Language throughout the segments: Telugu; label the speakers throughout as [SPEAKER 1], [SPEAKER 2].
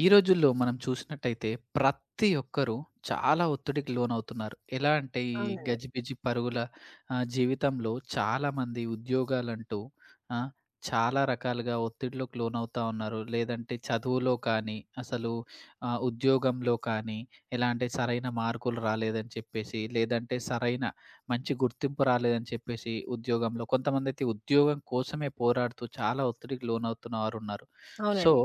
[SPEAKER 1] ఈ రోజుల్లో మనం చూసినట్టయితే ప్రతి ఒక్కరూ చాలా ఒత్తిడికి లోనవుతున్నారు. ఎలా అంటే ఈ
[SPEAKER 2] అవునండి.
[SPEAKER 1] గజిబిజి పరుగుల జీవితంలో చాలామంది ఉద్యోగాలంటూ ఆ! చాలా రకాలుగా ఒత్తిడిలోకి లోనవుతా ఉన్నారు. లేదంటే చదువులో కానీ, అసలు ఉద్యోగంలో కానీ, ఎలా అంటే సరైన మార్కులు రాలేదని చెప్పేసి, లేదంటే సరైన మంచి గుర్తింపు రాలేదని చెప్పేసి ఉద్యోగంలో కొంతమందైతే ఉద్యోగం కోసమే పోరాడుతూ చాలా ఒత్తిడికి లోనవుతున్న వారున్నారు. సో
[SPEAKER 2] అవునండి.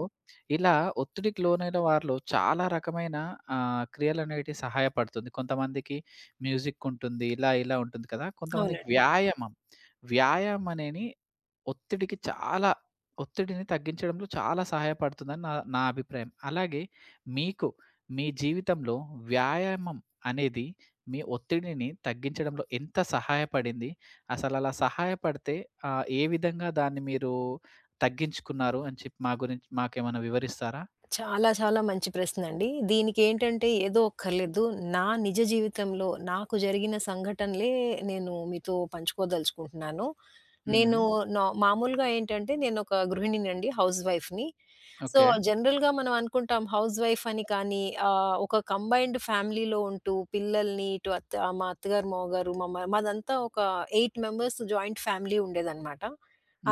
[SPEAKER 1] ఇలా ఒత్తిడికి లోనైన వారిలో చాలా రకమైన క్రియలనేటివి సహాయపడుతుంది. కొంతమందికి మ్యూజిక్ ఉంటుంది. ఇలా ఇలా ఉంటుంది కదా! కొంతమందికి
[SPEAKER 2] అవునండి.
[SPEAKER 1] వ్యాయామం. వ్యాయామం అనేని ఒత్తిడికి చాలా ఒత్తిడిని తగ్గించడంలో చాలా సహాయపడుతుందని నా నా అభిప్రాయం. అలాగే మీకు మీ జీవితంలో వ్యాయామం అనేది మీ ఒత్తిడిని తగ్గించడంలో ఎంత సహాయపడింది? అసలలా సహాయపడితే ఏ విధంగా దాన్ని మీరు తగ్గించుకున్నారు అని చెప్పి మా గురించి మాకేమైనా వివరిస్తారా?
[SPEAKER 2] చాలా చాలా మంచి ప్రశ్నండి. దీనికేంటంటే ఏదో అక్కర్లేదు. నా నిజ జీవితంలో నాకు జరిగిన సంఘటనలే నేను మీతో పంచుకోదలుచుకుంటున్నాను. నేను
[SPEAKER 1] హ్మ్.
[SPEAKER 2] నా మామూలుగా ఏంటంటే నేనొక గృహిణినండి. హౌస్ వైఫ్‌ని. So,
[SPEAKER 1] okay.
[SPEAKER 2] జనరల్‌గా మనం అనుకుంటాం హౌస్ వైఫ్ అని కానీ, ఒక కంబైన్డ్ ఫ్యామిలీలో ఉంటూ పిల్లల్ని ఇటు అత్త మా అత్తగారు, మావగారు మా మ మాదంతా ఒక 8 మెంబర్స్ జాయింట్ ఫ్యామిలీ ఉండేదనమాట.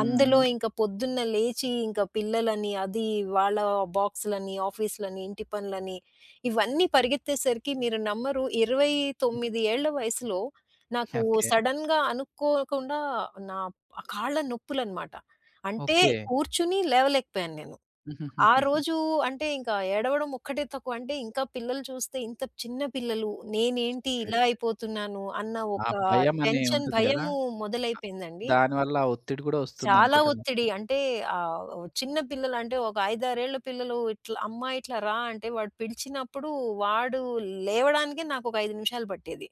[SPEAKER 2] అందులో ఇంక పొద్దున్న లేచి ఇంక పిల్లలని, అది వాళ్ళ బాక్సులని, ఆఫీసులని, ఇంటి పనులని ఇవన్నీ పరిగెత్తేసరికి మీరు నమ్మరు,
[SPEAKER 1] హ్మ్.
[SPEAKER 2] 29 ఏళ్ల వయసులో నాకు
[SPEAKER 1] ఓకే.
[SPEAKER 2] సడెన్‌గా అనుకోకుండా నా కాళ్ళ నొప్పులనమాట. అంటే
[SPEAKER 1] ఓకే.
[SPEAKER 2] కూర్చుని లేవలేకపోయాను నేను. ఆ
[SPEAKER 1] హుహుహుహు.
[SPEAKER 2] రోజు అంటే ఇంకా ఏడవడం ఒక్కటే తక్కువ. అంటే ఇంకా పిల్లలు చూస్తే ఇంత చిన్న పిల్లలు, నేనేంటి
[SPEAKER 1] ఓకే.
[SPEAKER 2] ఇలా అయిపోతున్నాను అన్న
[SPEAKER 1] ఆ
[SPEAKER 2] ఒక
[SPEAKER 1] భయం అని
[SPEAKER 2] టెన్షన్,
[SPEAKER 1] ఉంటుంది గదా!
[SPEAKER 2] భయము మొదలైపోయిందండి.
[SPEAKER 1] దానివల్ల ఆ ఒత్తిడి గూడా
[SPEAKER 2] చాలా
[SPEAKER 1] వస్తుందనుకుంటాను.
[SPEAKER 2] ఒత్తిడి అంటే ఆహ్, చిన్న పిల్లలు అంటే ఒక 5, 6 ఏళ్ల పిల్లలు ఇట్లా "అమ్మా ఇట్లా రా" అంటే వాడు పిలిచినప్పుడు వాడు లేవడానికే నాకు ఒక 5 నిమిషాలు పట్టేది.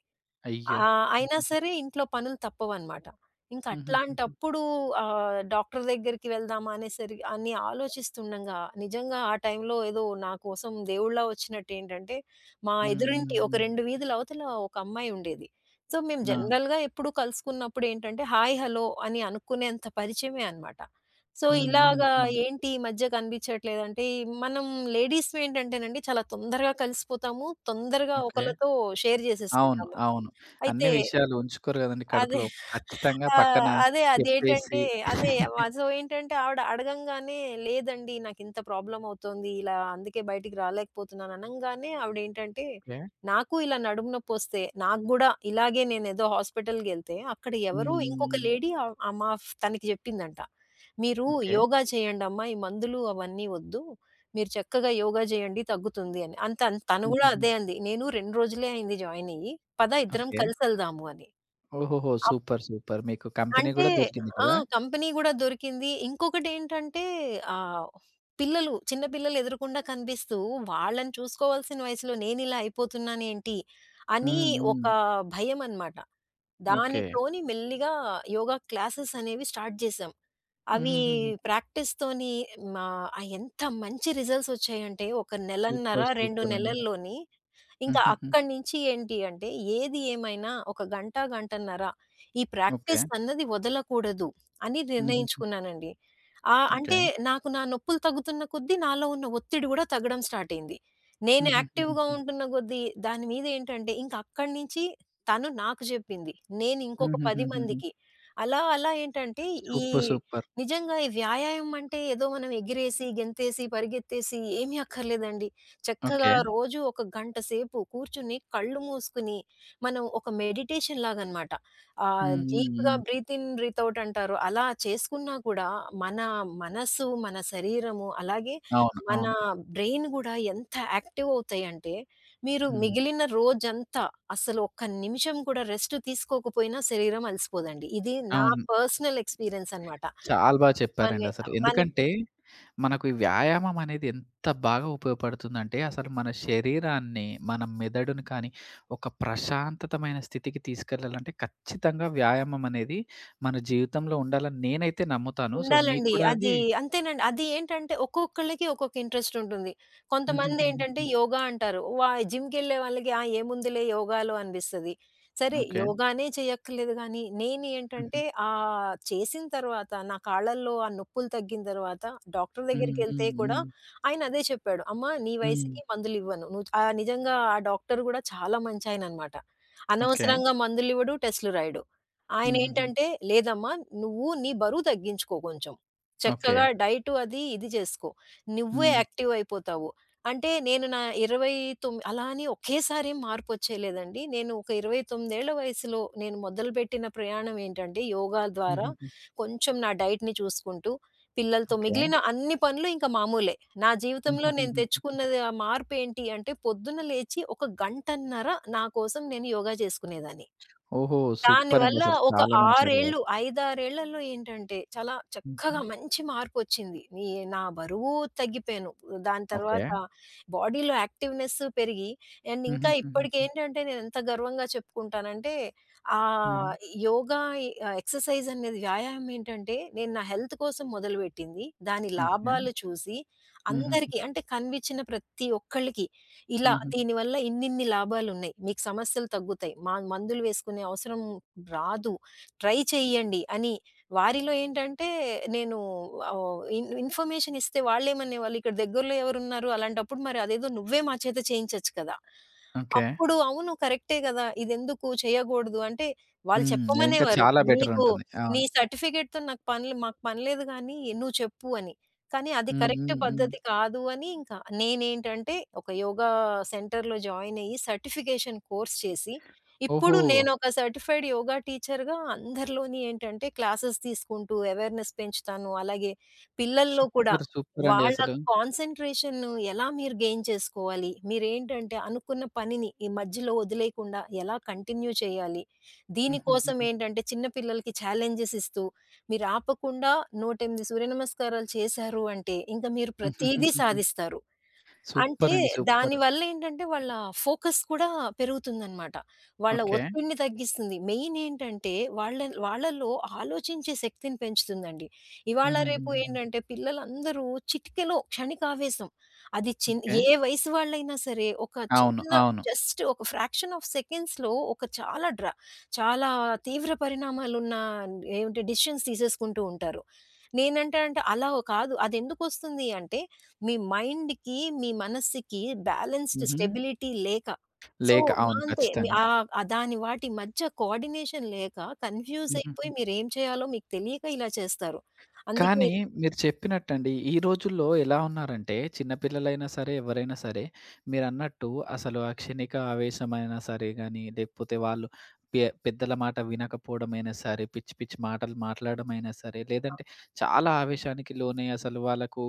[SPEAKER 1] అయ్యో!
[SPEAKER 2] ఆ! అయినా
[SPEAKER 1] హుహు.
[SPEAKER 2] సరే ఇంట్లో పనులు తప్పవనమాట. ఇంక
[SPEAKER 1] హుహుహుహు.
[SPEAKER 2] అట్లాంటప్పుడు డాక్టర్ దగ్గరికి వెళ్దామా అనేసరి అని ఆలోచిస్తుండంగా నిజంగా ఆ టైంలో ఏదో నా కోసం దేవుడిలా వచ్చినట్టేంటంటే, మా
[SPEAKER 1] హ్మ్. హ్మ్.
[SPEAKER 2] ఎదురింటి ఒక
[SPEAKER 1] హ్మ్.
[SPEAKER 2] 2 వీధుల అవతల ఒక అమ్మాయి ఉండేది. సో, మేము
[SPEAKER 1] ఆ!
[SPEAKER 2] జనరల్‌గా ఎప్పుడు కలుసుకున్నప్పుడేంటంటే, హాయ్, హలో అని అనుకునేంత పరిచయమే అనమాట. సో,
[SPEAKER 1] హ్మ్. హ్మ్.
[SPEAKER 2] ఇలాగా
[SPEAKER 1] హ్మ్.
[SPEAKER 2] ఏంటి ఈ మధ్య కనిపించట్లేదంటే, మనం లేడీస్ ఏంటంటేనండి చాలా తొందరగా కలిసిపోతాము. తొందరగా
[SPEAKER 1] ఓకే.
[SPEAKER 2] ఒకళ్ళతో షేర్
[SPEAKER 1] అవును.
[SPEAKER 2] చేసేసుకుంటాము.
[SPEAKER 1] అవును. అన్ని
[SPEAKER 2] అయితే
[SPEAKER 1] విషయాలు ఉంచుకోరు గదండీ
[SPEAKER 2] అదే.
[SPEAKER 1] కడుపులో. ఖచ్చితంగా
[SPEAKER 2] ఆ!
[SPEAKER 1] పక్కన
[SPEAKER 2] అదే
[SPEAKER 1] చెప్పేసి
[SPEAKER 2] అదేంటంటే అదే వ సో, ఏంటంటే ఆవిడ అడగంగానే లేదండి నాకింత ప్రాబ్లమ్ అవుతోంది. ఇలా అందుకే బయటికి రాలేకపోతున్నాను అనంగానే ఆవిడేంటంటే,
[SPEAKER 1] ఓకే.
[SPEAKER 2] నాకు ఇలా నడుము నొప్పొస్తే నాకు గూడా ఇలాగే నేనేదో హాస్పిటల్‌కెళ్తే అక్కడ
[SPEAKER 1] హ్మ్.
[SPEAKER 2] ఎవరో ఇంకొక
[SPEAKER 1] హ్మ్.
[SPEAKER 2] లేడీ ఆహ్, ఆహ్, మా తనకి జెప్పిందంట. "మీరు
[SPEAKER 1] ఓకే.
[SPEAKER 2] యోగా చేయండమ్మా. ఈ మందులు అవన్నీ వద్దు." మీరు చక్కగా యోగా చేయండి తగ్గుతుంది అని. అంత అంత- తను గూడా
[SPEAKER 1] హుహుహు.
[SPEAKER 2] అదే అంది. నేను 2 రోజులే అయింది జాయిన్ అయ్యి. పద ఇద్దరం
[SPEAKER 1] ఓకే.
[SPEAKER 2] కలిసెళ్దాము అని.
[SPEAKER 1] ఓహోహో!
[SPEAKER 2] అప్
[SPEAKER 1] సూపర్. సూపర్. మీకు కంపెనీ
[SPEAKER 2] అంటే
[SPEAKER 1] గూడా దొరికింది
[SPEAKER 2] ఆ!
[SPEAKER 1] కదా!
[SPEAKER 2] కంపెనీ గూడా దొరికింది. ఇంకొకటేంటంటే ఆహ్, పిల్లలు చిన్న పిల్లలు ఎదురుగుండా కనిపిస్తూ వాళ్ళని చూసుకోవాల్సిన వయసులో నేనిలా అయిపోతున్నానేంటి అని
[SPEAKER 1] హ్మ్.
[SPEAKER 2] ఒక
[SPEAKER 1] హ్మ్.
[SPEAKER 2] భయమనమాట.
[SPEAKER 1] ఓకే.
[SPEAKER 2] దానితోని మెల్లిగా యోగా క్లాసెస్ అనేవి స్టార్ట్ చేశాం. అవి
[SPEAKER 1] హుహుహుహు.
[SPEAKER 2] ప్రాక్టీస్‌తోని మా ఎంత మంచి రిజల్ట్స్ వచ్చాయంటే, ఒక నెలన్నర,
[SPEAKER 1] సూపర్.
[SPEAKER 2] 2
[SPEAKER 1] సూపర్ అండి.
[SPEAKER 2] నెలల్లోని ఇంకా
[SPEAKER 1] హుహుహు.
[SPEAKER 2] అక్కడి నుంచి ఏంటి అంటే ఏది ఏమైనా ఒక గంట, గంటన్నర ఈ
[SPEAKER 1] ఓకే.
[SPEAKER 2] ప్రాక్టీస్ అన్నది వదలకూడదు అని
[SPEAKER 1] హుహుహు.
[SPEAKER 2] నిర్ణయించుకున్నానండి.
[SPEAKER 1] ఓకే.
[SPEAKER 2] అంటే నాకు నా నొప్పులు తగ్గుతున్న కొద్దీ నాలో ఉన్న ఒత్తిడి గూడా తగ్గడం స్టార్ట్ అయింది. నేను యాక్టివ్‌గా
[SPEAKER 1] హుహుహుహుహు.
[SPEAKER 2] ఉంటున్న కొద్దీ దాని మీద ఏంటంటే ఇంక అక్కడి నుంచి తను నాకు జెప్పింది. నేను ఇంకొక 10
[SPEAKER 1] హుహుహుహుహు.
[SPEAKER 2] మందికి. అలా అలా ఏంటంటే ఈ
[SPEAKER 1] సూపర్. సూపర్.
[SPEAKER 2] నిజంగా ఈ వ్యాయామం అంటే ఏదో మనం ఎగిరేసి, గెంతేసి, పరిగెత్తేసి ఏమి అక్కర్లేదండి. చక్కగా
[SPEAKER 1] ఓకే.
[SPEAKER 2] రోజు ఒక గంట సేపు కూర్చుని కళ్ళు మూసుకుని మనం ఒక మెడిటేషన్ లాగనమాట.
[SPEAKER 1] హ్మ్. హ్మ్.
[SPEAKER 2] డీప్‌గా
[SPEAKER 1] హ్మ్.
[SPEAKER 2] బ్రీత్ ఇన్, బ్రీత్ ఔట్ అంటారు. అలా చేసుకున్నా కూడా మన మనసు, మన శరీరము అలాగే
[SPEAKER 1] అవును.
[SPEAKER 2] మన
[SPEAKER 1] అవును.
[SPEAKER 2] బ్రెయిన్ గూడా ఎంత యాక్టివ్ అవుతాయంటే మీరు
[SPEAKER 1] హ్మ్.
[SPEAKER 2] మిగిలిన రోజంతా అసలు ఒక్క నిమిషం కూడా రెస్ట్ తీసుకోకపోయినా శరీరం అలసిపోదండి. ఇది నా
[SPEAKER 1] అవును.
[SPEAKER 2] పర్సనల్ ఎక్స్‌పీరియన్స్ అనమాట.
[SPEAKER 1] చాలా బాగా చెప్పారండి
[SPEAKER 2] మళ్ళీ
[SPEAKER 1] అసలు.
[SPEAKER 2] మనకి
[SPEAKER 1] ఎందుకంటే, మనకు ఈ వ్యాయామం అనేది ఎంత బాగా ఉపయోగపడుతుందంటే, అసలు మన శరీరాన్ని, మన మెదడుని కానీ, ఒక ప్రశాంతతమైన స్థితికి తీసుకెళ్ళాలంటే, ఖచ్చితంగా వ్యాయామం అనేది మన జీవితంలో ఉండాలని నేనైతే నమ్ముతాను. సో, మీకు
[SPEAKER 2] ఉండాలండి.
[SPEAKER 1] కూడా అది
[SPEAKER 2] అది అంతేనండి. అది ఏంటంటే ఒక్కొక్కళ్ళకి ఒక్కొక్క ఇంట్రెస్ట్ ఉంటుంది. కొంతమంది ఏంటంటే
[SPEAKER 1] హుహుహుహుహు.
[SPEAKER 2] యోగా అంటారు. జిమ్‌కెళ్ళే వాళ్ళకి ఆ ఏముందిలే యోగాలో అనిపిస్తది. సరే
[SPEAKER 1] ఓకే.
[SPEAKER 2] యోగానే చేయక్కర్లేదు గానీ, నేను
[SPEAKER 1] హుహు.
[SPEAKER 2] ఏంటంటే చేసిన తర్వాత నా కాళ్ళల్లో ఆ నొప్పులు తగ్గిన తర్వాత డాక్టర్
[SPEAKER 1] హ్మ్.
[SPEAKER 2] దగ్గరికెళ్తే
[SPEAKER 1] హ్మ్.
[SPEAKER 2] కూడా
[SPEAKER 1] హ్మ్.
[SPEAKER 2] ఆయన అదే చెప్పాడు. "అమ్మ నీ
[SPEAKER 1] హ్మ్.
[SPEAKER 2] వయసుకి మందులివ్వను." నువ్వు నిజంగా ఆ డాక్టర్ గూడా చాలా మంచాయననమాట.
[SPEAKER 1] ఓకే.
[SPEAKER 2] అనవసరంగా మందులివ్వడు, టెస్ట్‌లు రాయడు.
[SPEAKER 1] హుహుహు.
[SPEAKER 2] ఆయనేంటంటే, "లేదమ్మా నువ్వు నీ బరువు తగ్గించుకో కొంచెం.
[SPEAKER 1] ఓకే.
[SPEAKER 2] చక్కగా డైటు అది ఇది చేసుకో. నువ్వే
[SPEAKER 1] హ్మ్.
[SPEAKER 2] యాక్టివ్ అయిపోతావు." అంటే నేను నా 29 అలా అని ఒకేసారి ఏం మార్పొచ్చేయలేదండి. నేను ఒక 29 ఏళ్ల వయసులో నేను మొదలుపెట్టిన ప్రయాణం ఏంటంటే, యోగా ద్వారా
[SPEAKER 1] హుహుహు.
[SPEAKER 2] కొంచెం నా డైట్‌ని చూసుకుంటూ, పిల్లలతో
[SPEAKER 1] ఓకే.
[SPEAKER 2] మిగిలిన అన్ని పనులు ఇంకా మామూలే. నా జీవితంలో నేను
[SPEAKER 1] హుహుహుహు.
[SPEAKER 2] తెచ్చుకున్నది ఆ మార్పేంటి అంటే, పొద్దున్న లేచి ఒక గంటన్నర నా కోసం నేను యోగా చేసుకునేదాన్ని.
[SPEAKER 1] ఓహో! సూపర్ అండి
[SPEAKER 2] దానివల్ల
[SPEAKER 1] అసలు.
[SPEAKER 2] ఒక
[SPEAKER 1] చాలా మంచి
[SPEAKER 2] 6 ఏళ్ళు,
[SPEAKER 1] అలవాటు.
[SPEAKER 2] 5, 6 ఏళ్లలో ఏంటంటే చాలా
[SPEAKER 1] హుహు.
[SPEAKER 2] చక్కగా మంచి మార్పొచ్చింది. నా బరువు తగ్గిపోయాను. దాని
[SPEAKER 1] ఓకే.
[SPEAKER 2] తర్వాత బాడీలో యాక్టివ్‌నెస్ పెరిగి అండ్ ఇంకా
[SPEAKER 1] హుహుహుహు.
[SPEAKER 2] ఇప్పటికేంటంటే నేనెంత గర్వంగా చెప్పుకుంటానంటే
[SPEAKER 1] హుహు.
[SPEAKER 2] ఆహ్, యోగా ఎక్సర్సైజ్ అనేది వ్యాయామం ఏంటంటే నేను నా హెల్త్ కోసం మొదలుపెట్టింది. దాని
[SPEAKER 1] ఓకే.
[SPEAKER 2] లాభాలు చూసి
[SPEAKER 1] హుహు.
[SPEAKER 2] అందరికీ అంటే కనిపించిన ప్రతి ఒక్కళ్ళకి ఇలా
[SPEAKER 1] హుహు.
[SPEAKER 2] దీనివల్ల ఇన్నిన్ని లాభాలున్నాయి. మీకు సమస్యలు తగ్గుతాయి. మా మందులు వేసుకునే అవసరం రాదు. ట్రై చేయండి అని వారిలో ఏంటంటే నేను ఆహ్, ఇన్ ఇన్ఫర్మేషన్ ఇస్తే వాళ్ళేమనేవాళ్ళు ఇక్కడ దగ్గరలో ఎవరున్నారు? అలాంటప్పుడు మరి అదేదో నువ్వే మా చేత చేయించొచ్చు కదా!
[SPEAKER 1] ఓకే.
[SPEAKER 2] అప్పుడు అవును కరెక్టే గదా! ఇదెందుకు చేయగూడదు అంటే వాళ్ళు
[SPEAKER 1] హ్మ్. అదింకా
[SPEAKER 2] చెప్పమనేవారు.
[SPEAKER 1] చాలా
[SPEAKER 2] నీకు
[SPEAKER 1] బెటరుంటుంది.
[SPEAKER 2] నీ
[SPEAKER 1] అవును.
[SPEAKER 2] సర్టిఫికేట్‌తో నాకు పనిలే మాకు పనిలేదు గానీ నువ్వు చెప్పు అని. కానీ అది
[SPEAKER 1] హ్మ్.
[SPEAKER 2] కరెక్ట్
[SPEAKER 1] హ్మ్. హ్మ్.
[SPEAKER 2] పద్ధతి కాదు అని ఇంకా నేనేంటంటే ఒక యోగా సెంటర్‌లో జాయిన్ అయ్యి సర్టిఫికేషన్ కోర్స్ చేసి, ఇప్పుడు
[SPEAKER 1] ఓహో!
[SPEAKER 2] నేనొక సర్టిఫైడ్ యోగా టీచర్‌గా అందరిలోని ఏంటంటే క్లాసెస్ తీసుకుంటూ అవేర్‌నెస్ పెంచుతాను. అలాగే పిల్లల్లో కూడా
[SPEAKER 1] సూపర్. సూపరండి
[SPEAKER 2] వాళ్ళ
[SPEAKER 1] అసలు.
[SPEAKER 2] కాన్సంట్రేషన్ ఎలా మీరు గెయిన్ చేసుకోవాలి? మీరేంటంటే అనుకున్న పనిని ఈ మధ్యలో వదిలేయకుండా ఎలా కంటిన్యూ చేయాలి? దీనికోసం
[SPEAKER 1] హుహుహుహు.
[SPEAKER 2] ఏంటంటే చిన్న పిల్లలకి ఛాలెంజెస్ ఇస్తూ మీరాపకుండా 108 సూర్యనమస్కారాలు చేశారు అంటే, ఇంక మీరు ప్రతీదీ
[SPEAKER 1] హుహుహుహుహు.
[SPEAKER 2] సాధిస్తారు. అంటే
[SPEAKER 1] సూపరండి. సూపర్.
[SPEAKER 2] దానివల్ల ఏంటంటే వాళ్ళ ఫోకస్ కూడా పెరుగుతుందనమాట. వాళ్ళ
[SPEAKER 1] ఓకే.
[SPEAKER 2] ఒత్తిడిని తగ్గిస్తుంది. మెయిన్ ఏంటంటే వాళ్ళ వాళ్ళలో ఆలోచించే శక్తిని పెంచుతుందండి. ఇవాళ రేపు
[SPEAKER 1] హుహుహుహుహు.
[SPEAKER 2] ఏంటంటే పిల్లలందరూ చిటికెలో క్షణికావేశం. అది చిన్
[SPEAKER 1] ఓకే.
[SPEAKER 2] ఏ వయసు వాళ్ళైనా సరే ఒక
[SPEAKER 1] అవును.
[SPEAKER 2] చిన్న
[SPEAKER 1] అవును.
[SPEAKER 2] జస్ట్ ఒక ఫ్రాక్షన్ ఆఫ్ సెకండ్స్‌లో ఒక చాలా తీవ్ర పరిణామాలున్న ఏంటి డెసిషన్స్ తీసేసుకుంటూ ఉంటారు. అంటే అలా కాదు. అదెందుకొస్తుంది అంటే మీ మైండ్‌కి, మీ మనస్సుకి బ్యాలెన్స్‌డ్
[SPEAKER 1] హుహు.
[SPEAKER 2] స్టెబిలిటీ లేక. సో,
[SPEAKER 1] లేక
[SPEAKER 2] మా
[SPEAKER 1] అవును.
[SPEAKER 2] అంతే
[SPEAKER 1] ఖచ్చితంగా.
[SPEAKER 2] ఆహ్, ఆ ఆ దాని వాటి మధ్య కోఆర్డినేషన్ లేక కన్‌ఫ్యూజ్
[SPEAKER 1] హుహుహు.
[SPEAKER 2] అయిపోయి మీరేం చేయాలో మీకు తెలియక ఇలా చేస్తారు. అందుకే
[SPEAKER 1] కానీ మీరు చెప్పినట్టండి, ఈ రోజుల్లో ఎలా ఉన్నారంటే, చిన్న పిల్లలైనా సరే, ఎవరైనా సరే, మీరన్నట్టు అసలు ఆ క్షణిక ఆవేశమైనా సరే గాని, లేకపోతే వాళ్ళు పెద్దల మాట వినకపోవడమైనా సరే, పిచ్చి పిచ్చి మాటలు మాట్లాడమైనా సరే, లేదంటే చాలా ఆవేశానికి లోనై అసలు వాళ్ళకు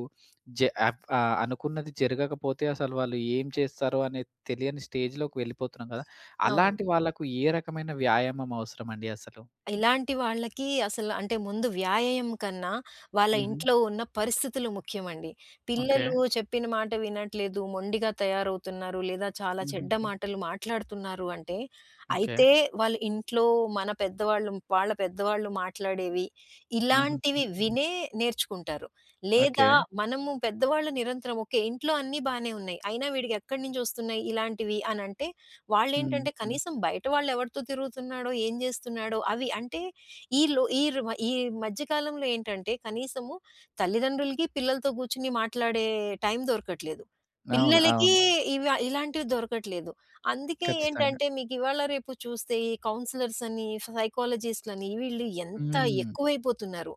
[SPEAKER 1] అనుకున్నది జరగకపోతే అసలు వాళ్ళు ఏం చేస్తారో అనేది తెలియని స్టేజ్‌లోకి వెళ్ళిపోతున్నాం కదా!
[SPEAKER 2] అవును.
[SPEAKER 1] అలాంటి వాళ్ళకు ఏ రకమైన వ్యాయామం అవసరమండి అసలు?
[SPEAKER 2] ఇలాంటి వాళ్ళకి అసలు అంటే ముందు వ్యాయామం కన్నా, వాళ్ళ
[SPEAKER 1] హుహు.
[SPEAKER 2] ఇంట్లో ఉన్న పరిస్థితులు ముఖ్యమండి.
[SPEAKER 1] ఓకే.
[SPEAKER 2] పిల్లలు చెప్పిన మాట వినట్లేదు, మొండిగా తయారవుతున్నారు, లేదా చాలా చెడ్డ
[SPEAKER 1] హుహుహు.
[SPEAKER 2] మాటలు మాట్లాడుతున్నారు అంటే,
[SPEAKER 1] ఓకే.
[SPEAKER 2] అయితే వాళ్ళ ఇంట్లో మన పెద్దవాళ్ళు, వాళ్ళ పెద్దవాళ్ళు మాట్లాడేవి,
[SPEAKER 1] హుహు.
[SPEAKER 2] ఇలాంటివి
[SPEAKER 1] హుహు.
[SPEAKER 2] వినే నేర్చుకుంటారు. లేదా
[SPEAKER 1] ఓకే.
[SPEAKER 2] మనము పెద్దవాళ్ళు నిరంతరం ఓకే. ఇంట్లో అన్నీ బానే ఉన్నాయి. అయినా వీడికి ఎక్కడి నుంచొస్తున్నాయి ఇలాంటివి అనంటే,
[SPEAKER 1] హ్మ్.
[SPEAKER 2] వాళ్ళేంటంటే
[SPEAKER 1] హ్మ్.
[SPEAKER 2] కనీసం బయట వాళ్ళెవరితో తిరుగుతున్నాడో, ఏం జేస్తున్నాడో అవి అంటే ఈ లో ఈ ర్ ఈ మధ్య కాలంలో ఏంటంటే కనీసము తల్లిదండ్రులకి పిల్లలతో గూర్చొని మాట్లాడే టైం దొరకట్లేదు.
[SPEAKER 1] అవును.
[SPEAKER 2] పిల్లలకి
[SPEAKER 1] అవును.
[SPEAKER 2] ఇలాంటివి దొరకట్లేదు. అందుకే
[SPEAKER 1] ఖచ్చితంగా.
[SPEAKER 2] ఏంటంటే మీకివాళ రేపు చూస్తే ఈ కౌన్సిలర్స్ అని, సైకాలజిస్ట్‌లని వీళ్ళు ఎంత
[SPEAKER 1] హ్మ్.
[SPEAKER 2] ఎక్కువైపోతున్నారు.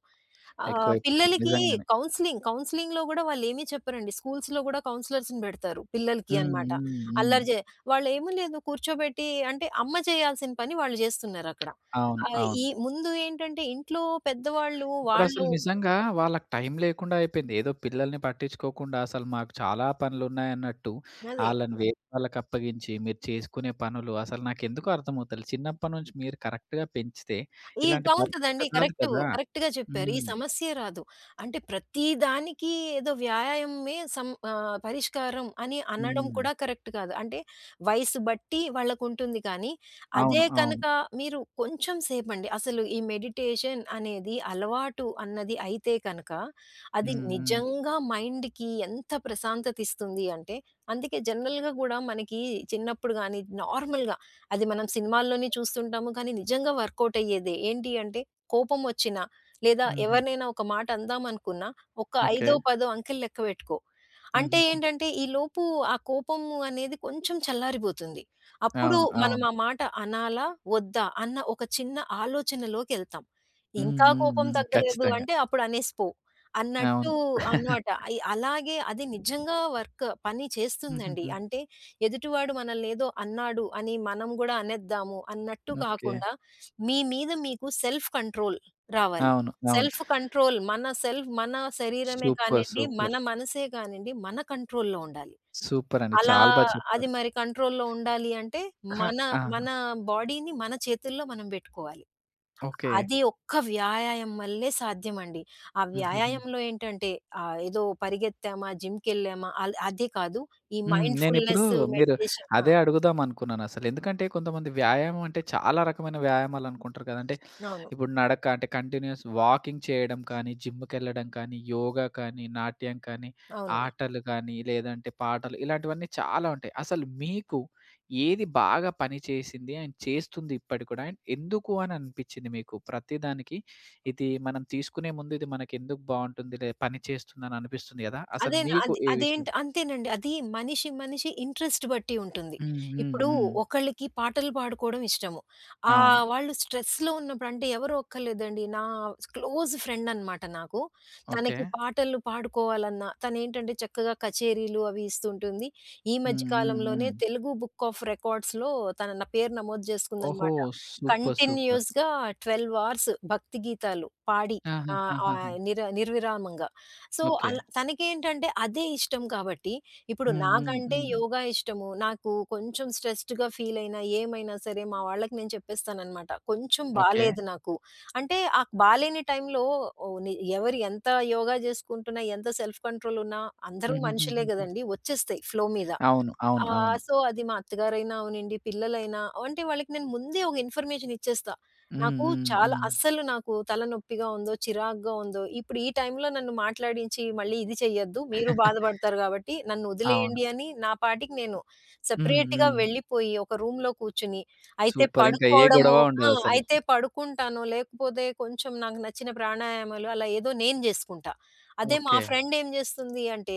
[SPEAKER 1] ఎక్కువైపోతుంది.
[SPEAKER 2] పిల్లలకి
[SPEAKER 1] నిజంగానే.
[SPEAKER 2] కౌన్సెలింగ్, కౌన్సెలింగ్‌లో గూడా వాళ్ళేమి చెప్పరండి. స్కూల్స్‌లో గూడా కౌన్సిలర్స్‌ని బెడతారు పిల్లలకి
[SPEAKER 1] హ్మ్.
[SPEAKER 2] అనమాట.
[SPEAKER 1] హ్మ్. హ్మ్.
[SPEAKER 2] అల్లరి జే వాళ్ళేమి లేదు కూర్చోబెట్టి అంటే అమ్మ చేయాల్సిన పని వాళ్ళు జేస్తున్నారక్కడ.
[SPEAKER 1] అవును. అవును.
[SPEAKER 2] ఈ ముందు ఏంటంటే ఇంట్లో పెద్దవాళ్ళు,
[SPEAKER 1] ఇప్పుడసలు
[SPEAKER 2] వాళ్ళు
[SPEAKER 1] నిజంగా వాళ్ళకి టైం లేకుండా అయిపోయింది. ఏదో పిల్లల్ని పట్టించుకోకుండా అసలు మాకు చాలా పనులున్నాయన్నట్టు
[SPEAKER 2] అదే.
[SPEAKER 1] ఆళ్ళని వేరే వాళ్ళకప్పగించి, మీరు చేసుకునే పనులు అసలు నాకెందుకో అర్థమవుతలే. చిన్నప్పటి నుంచి మీరు కరెక్ట్‌గా పెంచితే
[SPEAKER 2] ఈ
[SPEAKER 1] ఇలాంటి
[SPEAKER 2] అవును కదండీ.
[SPEAKER 1] పరిస్థితి రాదు
[SPEAKER 2] కరెక్టు.
[SPEAKER 1] కదా!
[SPEAKER 2] కరెక్ట్‌గా చెప్పారు. ఈ
[SPEAKER 1] హ్మ్.
[SPEAKER 2] సమస్యే రాదు. అంటే ప్రతి దానికి ఏదో పరిష్కారం అని అనడం
[SPEAKER 1] హ్మ్.
[SPEAKER 2] కూడా కరెక్ట్ కాదు. అంటే వయసు బట్టి వాళ్ళకుంటుంది కానీ,
[SPEAKER 1] అవును.
[SPEAKER 2] అదే
[SPEAKER 1] అవును.
[SPEAKER 2] కనుక మీరు కొంచెం సేపండి అసలు ఈ మెడిటేషన్ అనేది అలవాటు అన్నది అయితే కనుక, అది
[SPEAKER 1] హ్మ్. హ్మ్.
[SPEAKER 2] నిజంగా మైండ్‌కి ఎంత ప్రశాంతత ఇస్తుంది అంటే అందుకే జనరల్‌గా గూడా మనకి చిన్నప్పుడు గాని, నార్మల్‌గా అది మనం సినిమాల్లోనే చూస్తుంటాము. కానీ నిజంగా వర్కౌట్ అయ్యేదే. ఏంటి అంటే కోపం వచ్చినా, లేదా
[SPEAKER 1] హుహు.
[SPEAKER 2] ఎవరినైనా ఒక మాట అందామనుకున్నా, ఒక
[SPEAKER 1] ఓకే.
[SPEAKER 2] ఐదో, పదో అంకెలు లెక్క పెట్టుకో. అంటే
[SPEAKER 1] హుహుహు.
[SPEAKER 2] ఏంటంటే ఈలోపు ఆ కోపము అనేది కొంచెం చల్లారిపోతుంది. అప్పుడు
[SPEAKER 1] అవును.
[SPEAKER 2] మనం
[SPEAKER 1] అవును.
[SPEAKER 2] ఆ మాట అనాలా? వద్దా? అన్న ఒక చిన్న ఆలోచనలోకెళ్తాం.
[SPEAKER 1] హ్మ్.
[SPEAKER 2] ఇంకా
[SPEAKER 1] హ్మ్.
[SPEAKER 2] కోపం
[SPEAKER 1] హ్మ్.
[SPEAKER 2] తగ్గలేదు
[SPEAKER 1] ఖచ్చితంగా.
[SPEAKER 2] అంటే అప్పుడు అన్నట్టు
[SPEAKER 1] అవును.
[SPEAKER 2] అన్నమాట. అలాగే అది నిజంగా పని చేస్తుందండి.
[SPEAKER 1] హుహుహు.
[SPEAKER 2] అంటే ఎదుటివాడు మనల్నేదో అన్నాడు అని మనం గూడా అనేద్దాము అన్నట్టు
[SPEAKER 1] ఓకే.
[SPEAKER 2] కాకుండా, మీ మీద మీకు సెల్ఫ్ కంట్రోల్ రావాలి.
[SPEAKER 1] అవును. అవును.
[SPEAKER 2] సెల్ఫ్ కంట్రోల్ మన సెల్ఫ్ మన శరీరమే
[SPEAKER 1] సూపర్.
[SPEAKER 2] కానియండి, మన
[SPEAKER 1] సూపర్.
[SPEAKER 2] మనసే కానియండి, మన కంట్రోల్‌లో ఉండాలి.
[SPEAKER 1] సూపర్ అండి.
[SPEAKER 2] అలా
[SPEAKER 1] చాలా బా
[SPEAKER 2] అది
[SPEAKER 1] చెప్పారు.
[SPEAKER 2] మరి కంట్రోల్‌లో ఉండాలి అంటే,
[SPEAKER 1] కా
[SPEAKER 2] మన
[SPEAKER 1] ఆ!
[SPEAKER 2] మన బాడీని మన చేతుల్లో మనం బెట్టుకోవాలి.
[SPEAKER 1] ఓకే.
[SPEAKER 2] అది ఒక్క వ్యాయామం వల్లే సాధ్యమండి. ఆ
[SPEAKER 1] హుహుహు.
[SPEAKER 2] వ్యాయామంలో ఏంటంటే, ఏదో పరిగెత్తామా, జిమ్‌కెళ్ళామా అల్ అది కాదు. ఈ
[SPEAKER 1] హ్మ్. నేనిప్పుడు
[SPEAKER 2] మైండ్‌ఫుల్‌నెస్
[SPEAKER 1] మీరు
[SPEAKER 2] మెడిటేషన్ ఆ!
[SPEAKER 1] అదే అడుగుదాం అనుకున్నానసలు. ఎందుకంటే కొంతమంది వ్యాయామం అంటే చాలా రకమైన వ్యాయామాలు అనుకుంటారు కదా! అంటే
[SPEAKER 2] అవును.
[SPEAKER 1] ఇప్పుడు నడక అంటే కంటిన్యూయస్ వాకింగ్ చేయడం కానీ, జిమ్‌కెళ్ళడం కానీ, యోగా కానీ, నాట్యం కానీ,
[SPEAKER 2] అవును.
[SPEAKER 1] ఆటలు కానీ, లేదంటే పాటలు ఇలాంటివన్నీ చాలా ఉంటాయి. అసలు మీకు ఏది బాగా పనిచేసింది అండ్ చేస్తుంది ఇప్పటికి కూడా? అండ్ ఎందుకు అని అనిపిచ్చింది మీకు? ప్రతి దానికి ఇది మనం తీసుకునే ముందు ఇది మనకెందుకు బావుంటుంది లే పనిచేస్తుందని అనిపిస్తుంది గదా! అసలు
[SPEAKER 2] అదేనా
[SPEAKER 1] మీకు
[SPEAKER 2] అది
[SPEAKER 1] ఏ విషయం?
[SPEAKER 2] అదేంటి అంతేనండి. అది మనిషి, మనిషి ఇంట్రెస్ట్ బట్టి ఉంటుంది.
[SPEAKER 1] హ్మ్. హ్మ్.
[SPEAKER 2] ఇప్పుడు
[SPEAKER 1] హ్మ్.
[SPEAKER 2] ఒకళ్ళకి పాటలు పాడుకోవడం ఇష్టము.
[SPEAKER 1] అవును.
[SPEAKER 2] వాళ్ళు స్ట్రెస్‌లో ఉన్నప్పుడు అంటే ఎవరో ఒక్కళ్ళేదండి. నా క్లోజ్ ఫ్రెండ్ అనమాట నాకు.
[SPEAKER 1] ఓకే.
[SPEAKER 2] తనకి పాటలు పాడుకోవాలన్న తనేంటంటే చక్కగా కచేరీలు అవి ఇస్తుంటుంది. ఈ మధ్య
[SPEAKER 1] హ్మ్. హ్మ్. హ్మ్.
[SPEAKER 2] కాలంలోనే తెలుగు బుక్ ఆఫ్ రికార్డ్స్‌లో నా పేరు నమోదు
[SPEAKER 1] ఓహో!
[SPEAKER 2] చేసుకుందనమాట.
[SPEAKER 1] సూపర్. సూపర్.
[SPEAKER 2] కంటిన్యూయస్‌గా 12 అవర్స్ భక్తి గీతాలు పాడి ఆహ్,
[SPEAKER 1] ఆహాహాహాహా!
[SPEAKER 2] ఆహ్, నిర నిర్విరామంగా. So,
[SPEAKER 1] okay.
[SPEAKER 2] అలా తనకేంటంటే అదే ఇష్టం కాబట్టి, ఇప్పుడు
[SPEAKER 1] హ్మ్. హ్మ్.
[SPEAKER 2] నాకంటే
[SPEAKER 1] హ్మ్.
[SPEAKER 2] యోగా ఇష్టము. నాకు కొంచెం స్ట్రెస్డ్‌గా ఫీల్ అయినా, ఏమైనా సరే మా వాళ్ళకి నేను చెప్పేస్తాననమాట. కొంచెం
[SPEAKER 1] ఓకే.
[SPEAKER 2] బాలేదు నాకు. అంటే ఆ బాలేని టైంలో ఓహ్, ని ఎవరు ఎంత యోగా జేసుకుంటున్నా, ఎంత సెల్ఫ్ కంట్రోల్ ఉన్నా అందరూ మనుషులే
[SPEAKER 1] హుహుహుహుహు.
[SPEAKER 2] గదండీ! వచ్చేస్తాయి ఫ్లో మీద.
[SPEAKER 1] అవును. అవును. అవును.
[SPEAKER 2] సో, అది మా అత్తగారైనా అవనండి, పిల్లలైనా అంటే వాళ్ళకి నేను ముందే ఒక ఇన్ఫర్మేషన్ ఇచ్చేస్తా.
[SPEAKER 1] హ్మ్.
[SPEAKER 2] నాకు
[SPEAKER 1] హ్మ్.
[SPEAKER 2] చాలా
[SPEAKER 1] హ్మ్.
[SPEAKER 2] అస్సలు నాకు తలనొప్పిగా ఉందో, చిరాకుగా ఉందో, ఇప్పుడు ఈ టైంలో నన్ను మాట్లాడించి మళ్ళీ ఇది చెయ్యొద్దు. మీరు బాధపడతారు కాబట్టి నన్ను
[SPEAKER 1] అవును.
[SPEAKER 2] వదిలేయండి అని నా పాటికి నేను
[SPEAKER 1] హ్మ్.
[SPEAKER 2] సెపరేట్‌గా
[SPEAKER 1] హ్మ్.
[SPEAKER 2] వెళ్ళిపోయి ఒక రూమ్‌లో కూర్చొని అయితే
[SPEAKER 1] సూపర్. ఇంకా ఏ
[SPEAKER 2] పడుకోవడమో
[SPEAKER 1] గొడవ
[SPEAKER 2] ఆ!
[SPEAKER 1] ఉండదసలు.
[SPEAKER 2] అయితే పడుకుంటాను. లేకపోతే కొంచెం నాకు నచ్చిన ప్రాణాయామాలు అలా ఏదో నేను జేసుకుంటా. అదే మా
[SPEAKER 1] ఓకే.
[SPEAKER 2] ఫ్రెండ్ ఏం జేస్తుంది అంటే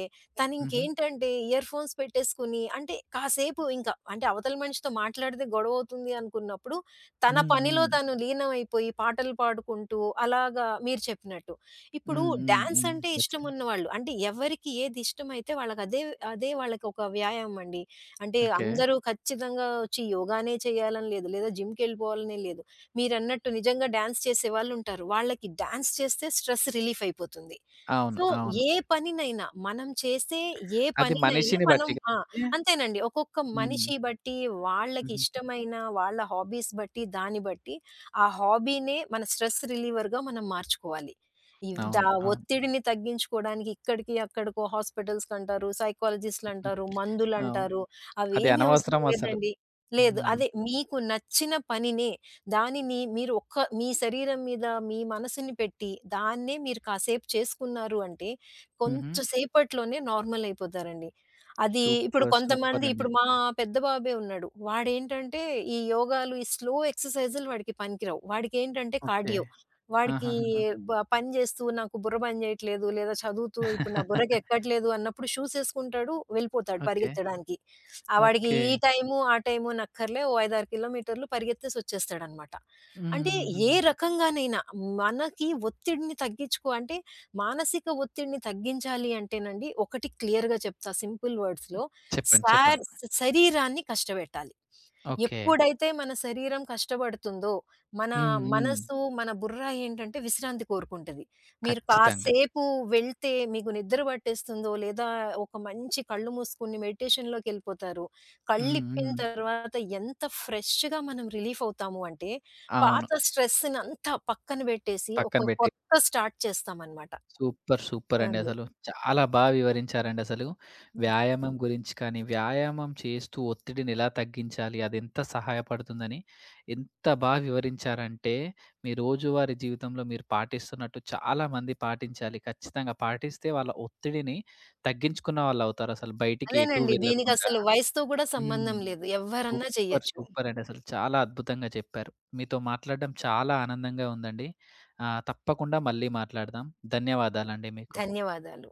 [SPEAKER 1] హుహు.
[SPEAKER 2] తనింకేంటంటే ఇయర్ ఫోన్స్ పెట్టేసుకొని అంటే కాసేపు ఇంకా అంటే అవతల మనిషితో మాట్లాడితే గొడవవుతుంది అనుకున్నప్పుడు, తన
[SPEAKER 1] హ్మ్.
[SPEAKER 2] పనిలో
[SPEAKER 1] హ్మ్.
[SPEAKER 2] తను లీనమైపోయి పాటలు పాడుకుంటూ అలాగా మీరు చెప్పినట్టు. ఇప్పుడు
[SPEAKER 1] హ్మ్. హ్మ్.
[SPEAKER 2] డాన్స్
[SPEAKER 1] హ్మ్.
[SPEAKER 2] అంటే
[SPEAKER 1] ఖచ్చితంగా.
[SPEAKER 2] ఇష్టమున్నవాళ్ళు అంటే ఎవరికి ఏది ఇష్టమైతే వాళ్ళకదే అదే వాళ్ళకొక వ్యాయామం అండి. అంటే
[SPEAKER 1] ఓకే.
[SPEAKER 2] అందరూ ఖచ్చితంగా వచ్చి యోగానే చేయాలని లేదు. లేదా జిమ్‌కెళ్ళిపోవాలనే లేదు. మీరన్నట్టు నిజంగా డాన్స్ చేసేవాళ్ళుంటారు. వాళ్ళకి డాన్స్ చేస్తే స్ట్రెస్ రిలీఫ్ అయిపోతుంది.
[SPEAKER 1] అవును.
[SPEAKER 2] సో,
[SPEAKER 1] అవును.
[SPEAKER 2] ఏ పనినైనా మనం చేసే ఏ
[SPEAKER 1] అది
[SPEAKER 2] పనినైనా
[SPEAKER 1] మనిషిని
[SPEAKER 2] మనం
[SPEAKER 1] బట్టి
[SPEAKER 2] ఆ!
[SPEAKER 1] గాని
[SPEAKER 2] అంతేనండి. ఒక్కొక్క
[SPEAKER 1] హ్మ్.
[SPEAKER 2] మనిషి బట్టి, వాళ్ళకి
[SPEAKER 1] హుహు.
[SPEAKER 2] ఇష్టమైన వాళ్ళ హాబీస్ బట్టి, దాన్ని బట్టి ఆ హాబీనే మన స్ట్రెస్ రిలీవర్‌గా మనం మార్చుకోవాలి. ఇవ్ దా
[SPEAKER 1] అవును. అవును.
[SPEAKER 2] ఒత్తిడిని తగ్గించుకోవడానికి ఇక్కడికి, అక్కడికో హాస్పిటల్స్‌కంటారు,
[SPEAKER 1] హ్మ్.
[SPEAKER 2] సైకాలజిస్ట్‌లంటారు,
[SPEAKER 1] అవును.
[SPEAKER 2] మందులంటారు.
[SPEAKER 1] అది
[SPEAKER 2] అవేమీ అవసరం
[SPEAKER 1] అనవసరం అసలు.
[SPEAKER 2] లేదండి. లేదు.
[SPEAKER 1] హ్మ్.
[SPEAKER 2] అదే మీకు నచ్చిన పనినే దానిని మీరు ఒక్క మీ శరీరం మీద మీ మనసుని పెట్టి దాన్నే మీరు కాసేపు చేసుకున్నారు అంటే
[SPEAKER 1] హుహు.
[SPEAKER 2] కొంచెంసేపట్లోనే నార్మల్ అయిపోతారండి. అది ఇప్పుడు
[SPEAKER 1] సూపర్.
[SPEAKER 2] కొంతమంది
[SPEAKER 1] సూపరండి.
[SPEAKER 2] ఇప్పుడు మా పెద్ద బాబే ఉన్నాడు. వాడేంటంటే ఈ యోగాలు, ఈ స్లో ఎక్సర్‌సైజులు వాడికి పనికిరావు. వాడికేంటంటే
[SPEAKER 1] ఓకే.
[SPEAKER 2] కార్డియో. వాడికి
[SPEAKER 1] ఆహాహాహా!
[SPEAKER 2] పని చేస్తూ నాకు బుర్ర పని చేయట్లేదు లేదా చదువుతూ ఇప్పుడు నా బుర్రకెక్కట్లేదు అన్నప్పుడు షూస్ ఏసుకుంటాడు వెళ్ళిపోతాడు
[SPEAKER 1] ఓకే.
[SPEAKER 2] పరిగెత్తడానికి. ఆ వాడికి
[SPEAKER 1] ఓకే.
[SPEAKER 2] ఈ టైము, ఆ టైము అనక్కర్లే ఓ 5, 6 కిలోమీటర్లు పరిగెత్తేసొచ్చేస్తాడనమాట. అంటే ఏ
[SPEAKER 1] హుహుహుహు.
[SPEAKER 2] రకంగానైనా మనకి ఒత్తిడిని తగ్గించుకో అంటే మానసిక ఒత్తిడిని తగ్గించాలి అంటేనండి ఒకటి క్లియర్‌గా చెప్తా సింపుల్ వర్డ్స్‌లో
[SPEAKER 1] చెప్పండి.
[SPEAKER 2] సార్
[SPEAKER 1] చెప్పండి.
[SPEAKER 2] శరీరాన్ని కష్టపెట్టాలి.
[SPEAKER 1] ఓకే.
[SPEAKER 2] ఎప్పుడైతే మన శరీరం కష్టపడుతుందో, మన
[SPEAKER 1] హ్మ్. హ్మ్.
[SPEAKER 2] మనసు, మన బుర్ర ఏంటంటే విశ్రాంతి కోరుకుంటది. మీరు
[SPEAKER 1] ఖచ్చితంగా.
[SPEAKER 2] కాసేపు వెళ్తే మీకు నిద్ర పట్టేస్తుందో, లేదా ఒక మంచి కళ్ళు మూసుకొని మెడిటేషన్‌లోకెళ్ళిపోతారు.
[SPEAKER 1] హ్మ్.
[SPEAKER 2] కళ్ళిప్పిన
[SPEAKER 1] హ్మ్.
[SPEAKER 2] తర్వాత ఎంత ఫ్రెష్‌గా మనం రిలీఫ్ అవుతాము అంటే
[SPEAKER 1] అవును.
[SPEAKER 2] పాత స్ట్రెస్‌నంతా పక్కన బెట్టేసి,
[SPEAKER 1] పక్కన
[SPEAKER 2] ఒక
[SPEAKER 1] పెట్టేసి.
[SPEAKER 2] కొత్త స్టార్ట్ చేస్తామనమాట.
[SPEAKER 1] సూపర్. సూపర్ అండి.
[SPEAKER 2] అది.
[SPEAKER 1] అసలు చాలా బా వివరించారండి అసలు.
[SPEAKER 2] అది.
[SPEAKER 1] వ్యాయామం గురించి కానీ, వ్యాయామం చేస్తూ ఒత్తిడిని ఎలా తగ్గించాలి, అదెంత సహాయపడుతుందని ఎంత బా వివరించారంటే, మీ రోజువారీ జీవితంలో మీరు పాటిస్తున్నట్టు చాలామంది పాటించాలి. ఖచ్చితంగా పాటిస్తే వాళ్ళ ఒత్తిడిని తగ్గించుకున్న వాళ్ళవుతారు. అసలు బయటికి ఎటూ
[SPEAKER 2] అదేనండి.
[SPEAKER 1] వెళ్ళకుండా
[SPEAKER 2] దీనికసలు వయసుతో గూడా
[SPEAKER 1] హ్మ్.
[SPEAKER 2] సంబంధం లేదు. ఎవ్వరన్నా
[SPEAKER 1] సూపర్.
[SPEAKER 2] చెయ్యొచ్చు.
[SPEAKER 1] సూపర్ అండి. అసలు చాలా అద్భుతంగా చెప్పారు. మీతో మాట్లాడడం చాలా ఆనందంగా ఉందండి. తప్పకుండా మళ్ళీ మాట్లాడదాం. ధన్యవాదాలండి మీకు.
[SPEAKER 2] ధన్యవాదాలు.